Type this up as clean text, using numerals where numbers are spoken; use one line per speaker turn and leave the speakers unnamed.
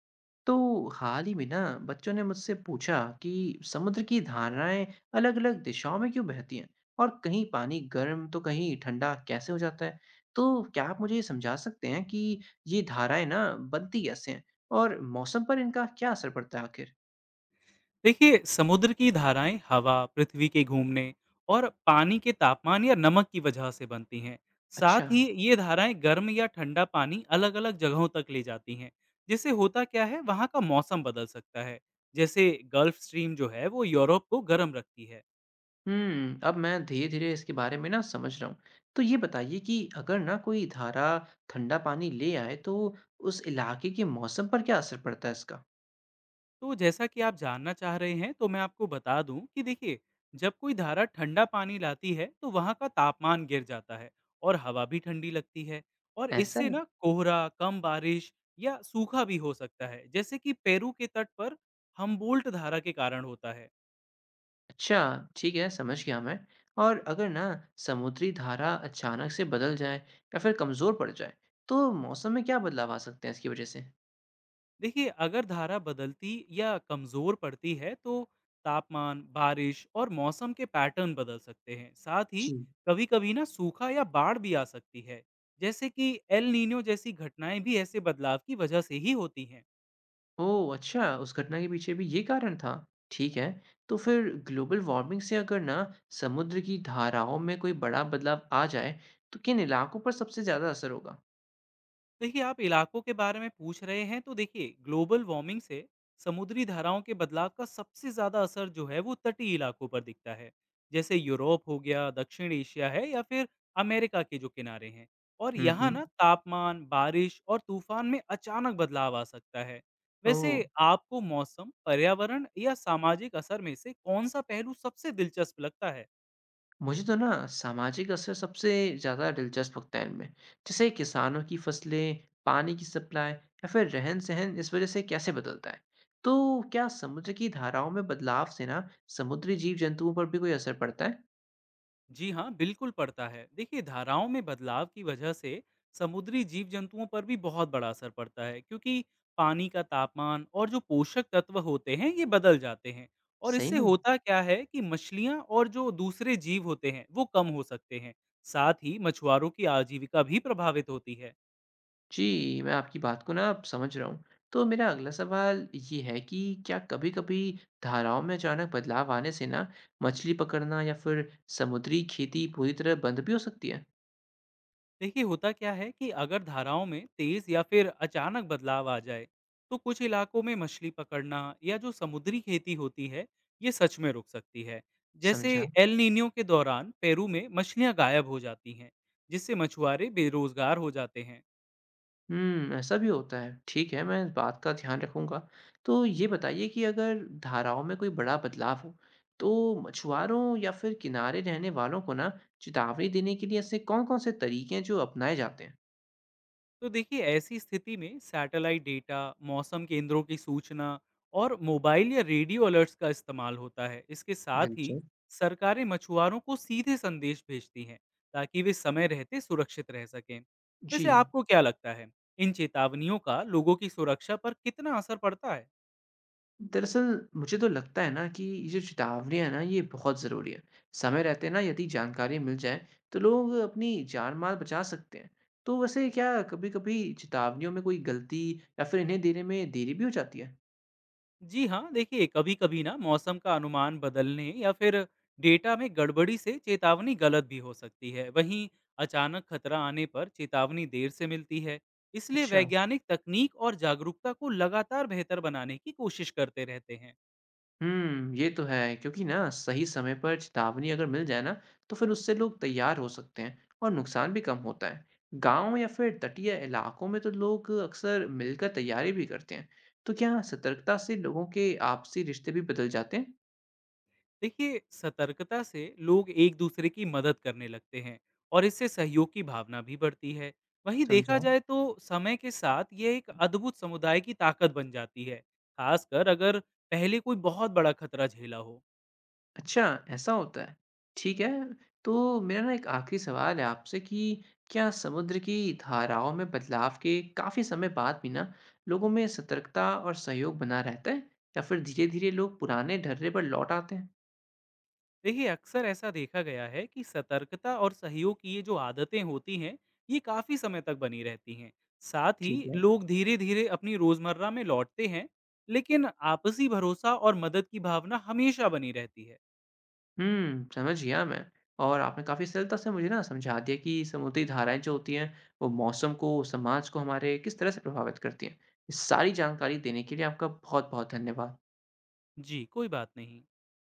तो हाल ही में ना बच्चों ने मुझसे पूछा कि समुद्र की धाराएं अलग-अलग दिशाओं में क्यों बहती हैं और कहीं पानी गर्म तो कहीं ठंडा कैसे हो जाता है। तो क्या आप मुझे ये समझा सकते हैं कि ये धाराएं ना बनती कैसे हैं और मौसम पर इनका क्या असर पड़ता है आखिर।
देखिए, समुद्र की धाराएं हवा, पृथ्वी के घूमने और पानी के तापमान या नमक की वजह से बनती हैं। साथ
अच्छा।
ही ये धाराएं गर्म या ठंडा पानी अलग अलग जगहों तक ले जाती हैं, जिससे होता क्या है वहाँ का मौसम बदल सकता है। जैसे गल्फ स्ट्रीम जो है वो यूरोप को गर्म रखती है।
हम्म, अब मैं धीरे धीरे इसके बारे में ना समझ रहा हूँ। तो ये बताइए कि अगर ना कोई धारा ठंडा पानी ले आए तो उस इलाके के मौसम पर क्या असर पड़ता है इसका।
तो जैसा कि आप जानना चाह रहे हैं तो मैं आपको बता दूं कि देखिए, जब कोई धारा ठंडा पानी लाती है तो वहां का तापमान गिर जाता है और हवा भी ठंडी लगती है। और
ऐसा
इससे
है।
ना कोहरा, कम बारिश या सूखा भी हो सकता है, जैसे कि पेरू के तट पर हम्बोल्ट धारा के कारण होता है।
अच्छा, ठीक है, समझ गया मैं। और अगर ना समुद्री धारा अचानक से बदल जाए या फिर कमज़ोर पड़ जाए, तो मौसम में क्या बदलाव आ सकते हैं इसकी वजह से?
देखिए, अगर धारा बदलती या कमज़ोर पड़ती है, तो तापमान, बारिश और मौसम के पैटर्न बदल सकते हैं। साथ ही
जी।
कभी-कभी ना सूखा या बाढ़ भी आ सकती है, जैसे कि एल नीनो जैसी घटनाएं भी ऐसे बदलाव की वजह से ही होती हैं।
ओह, अच्छा, उस घटना के पीछे भी ये कारण था। ठीक है, तो फिर ग्लोबल वार्मिंग से अगर ना समुद्र की धाराओं में कोई बड़ा बदलाव आ जाए, तो किन इलाकों पर सबसे ज़्यादा असर होगा?
देखिए, आप इलाकों के बारे में पूछ रहे हैं तो देखिए, ग्लोबल वार्मिंग से समुद्री धाराओं के बदलाव का सबसे ज्यादा असर जो है वो तटीय इलाकों पर दिखता है। जैसे यूरोप हो गया, दक्षिण एशिया है, या फिर अमेरिका के जो किनारे हैं। और
हम्म,
यहाँ
हम्म।
ना तापमान, बारिश और तूफान में अचानक बदलाव आ सकता है। वैसे
ओह,
आपको मौसम, पर्यावरण या सामाजिक असर में से कौन सा पहलू सबसे दिलचस्प लगता है?
मुझे तो ना सामाजिक असर सबसे ज़्यादा दिलचस्प लगता है इनमें। जैसे किसानों की फसलें, पानी की सप्लाई या फिर रहन सहन इस वजह से कैसे बदलता है। तो क्या समुद्र की धाराओं में बदलाव से ना समुद्री जीव जंतुओं पर भी कोई असर पड़ता है?
जी हाँ, बिल्कुल पड़ता है। देखिए, धाराओं में बदलाव की वजह से समुद्री जीव-जंतुओं पर भी बहुत बड़ा असर पड़ता है, क्योंकि पानी का तापमान और जो पोषक तत्व होते हैं, ये बदल जाते हैं। और
सही
इससे
में।
होता क्या है कि मछलियाँ और जो दूसरे जीव होते हैं, वो कम हो सकते हैं। साथ ही मछुआरों की आजीविका भी प्रभावित होती है।
जी, मैं आपकी बात को ना अब समझ रहा हूँ। तो मेरा अगला सवाल ये है कि क्या कभी कभी धाराओं में अचानक बदलाव आने से ना मछली पकड़ना या फिर समुद्री खेती पूरी तरह बंद भी हो सकती है?
देखिए, होता क्या है कि अगर धाराओं में तेज या फिर अचानक बदलाव आ जाए, तो कुछ इलाकों में मछली पकड़ना या जो समुद्री खेती होती है, ये सच में रुक सकती है। जैसे
समझा।
एल नीनियो के दौरान पेरू में मछलियां गायब हो जाती हैं, जिससे मछुआरे बेरोजगार हो जाते हैं।
हुँ, ऐसा भी होता है। ठीक है, मैं इस बात का ध्यान रखूँगा। तो ये बताइए कि अगर धाराओं में कोई बड़ा बदलाव हो, तो मछुआरों या फिर किनारे रहने वालों को ना चेतावनी देने के लिए ऐसे कौन-कौन से तरीके हैं जो अपनाए जाते हैं?
तो देखिए, ऐसी स्थिति में सैटेलाइट डेटा, मौसम केंद्रों की सूचना और मोबाइल या रेडियो अलर्ट्स का इस्तेमाल होता है। इसके साथ ही
दिलचस्प।
सरकारें मछुआरों को सीधे संदेश भेजती हैं, ताकि वे समय रहते सुरक्षित रह सकें।
जी।
वैसे आपको क्या लगता है? इन चेतावनियों का लोगों की सुरक्षा पर कितना असर पड़ता है?
दरअसल मुझे तो लगता है ना कि ये जो चेतावनियाँ हैं ना ये बहुत ज़रूरी है। समय रहते ना यदि जानकारी मिल जाए, तो लोग अपनी जान-माल बचा सकते हैं। तो वैसे क्या कभी-कभी चेतावनियों में कोई गलती या फिर इन्हें देने में देरी भी हो जाती है?
जी हाँ, देखिए, कभी-कभी ना मौसम का अनुमान बदलने या फिर डेटा में गड़बड़ी से चेतावनी गलत भी हो सकती है। वहीं अचानक खतरा आने पर चेतावनी देर से मिलती है। इसलिए
अच्छा।
वैज्ञानिक तकनीक और जागरूकता को लगातार बेहतर बनाने की कोशिश करते रहते हैं।
हुँ, ये तो है क्योंकि ना सही समय पर चेतावनी अगर मिल जाए ना, तो फिर उससे लोग तैयार हो सकते हैं और नुकसान भी कम होता है। गाँव या फिर तटीय इलाकों में तो लोग अक्सर मिलकर तैयारी भी करते हैं। तो क्या सतर्कता से लोगों के आपसी रिश्ते भी बदल जाते हैं?
देखिए, सतर्कता से लोग एक दूसरे की मदद करने लगते हैं, और इससे सहयोग की भावना भी बढ़ती है। वहीं देखा
समझाओ।
जाए तो समय के साथ यह एक अद्भुत समुदाय की ताकत बन जाती है, खासकर अगर पहले कोई बहुत बड़ा खतरा झेला हो।
अच्छा, ऐसा होता है। ठीक है, तो मेरा ना एक आखिरी सवाल है आपसे कि क्या समुद्र की धाराओं में बदलाव के काफ़ी समय बाद भी ना लोगों में सतर्कता और सहयोग बना रहता है? या फिर धीरे-धीरे लोग पुराने ढर्रे पर लौट आते हैं?
देखिए, अक्सर ऐसा देखा गया है कि सतर्कता और सहयोग की ये जो आदतें होती हैं, ये काफी समय तक बनी रहती हैं। साथ ही
ठीक है।
लोग धीरे धीरे अपनी रोजमर्रा में लौटते हैं, लेकिन आपसी भरोसा और मदद की भावना हमेशा बनी रहती है।
हुँ, समझ गया मैं। और आपने काफ़ी सरलता से मुझे ना समझा दिया कि समुद्री धाराएँ जो होती हैं, वो मौसम को, समाज को हमारे किस तरह से प्रभावित करती हैं। इस सारी जानकारी देने के लिए आपका बहुत-बहुत धन्यवाद।
जी, कोई बात नहीं।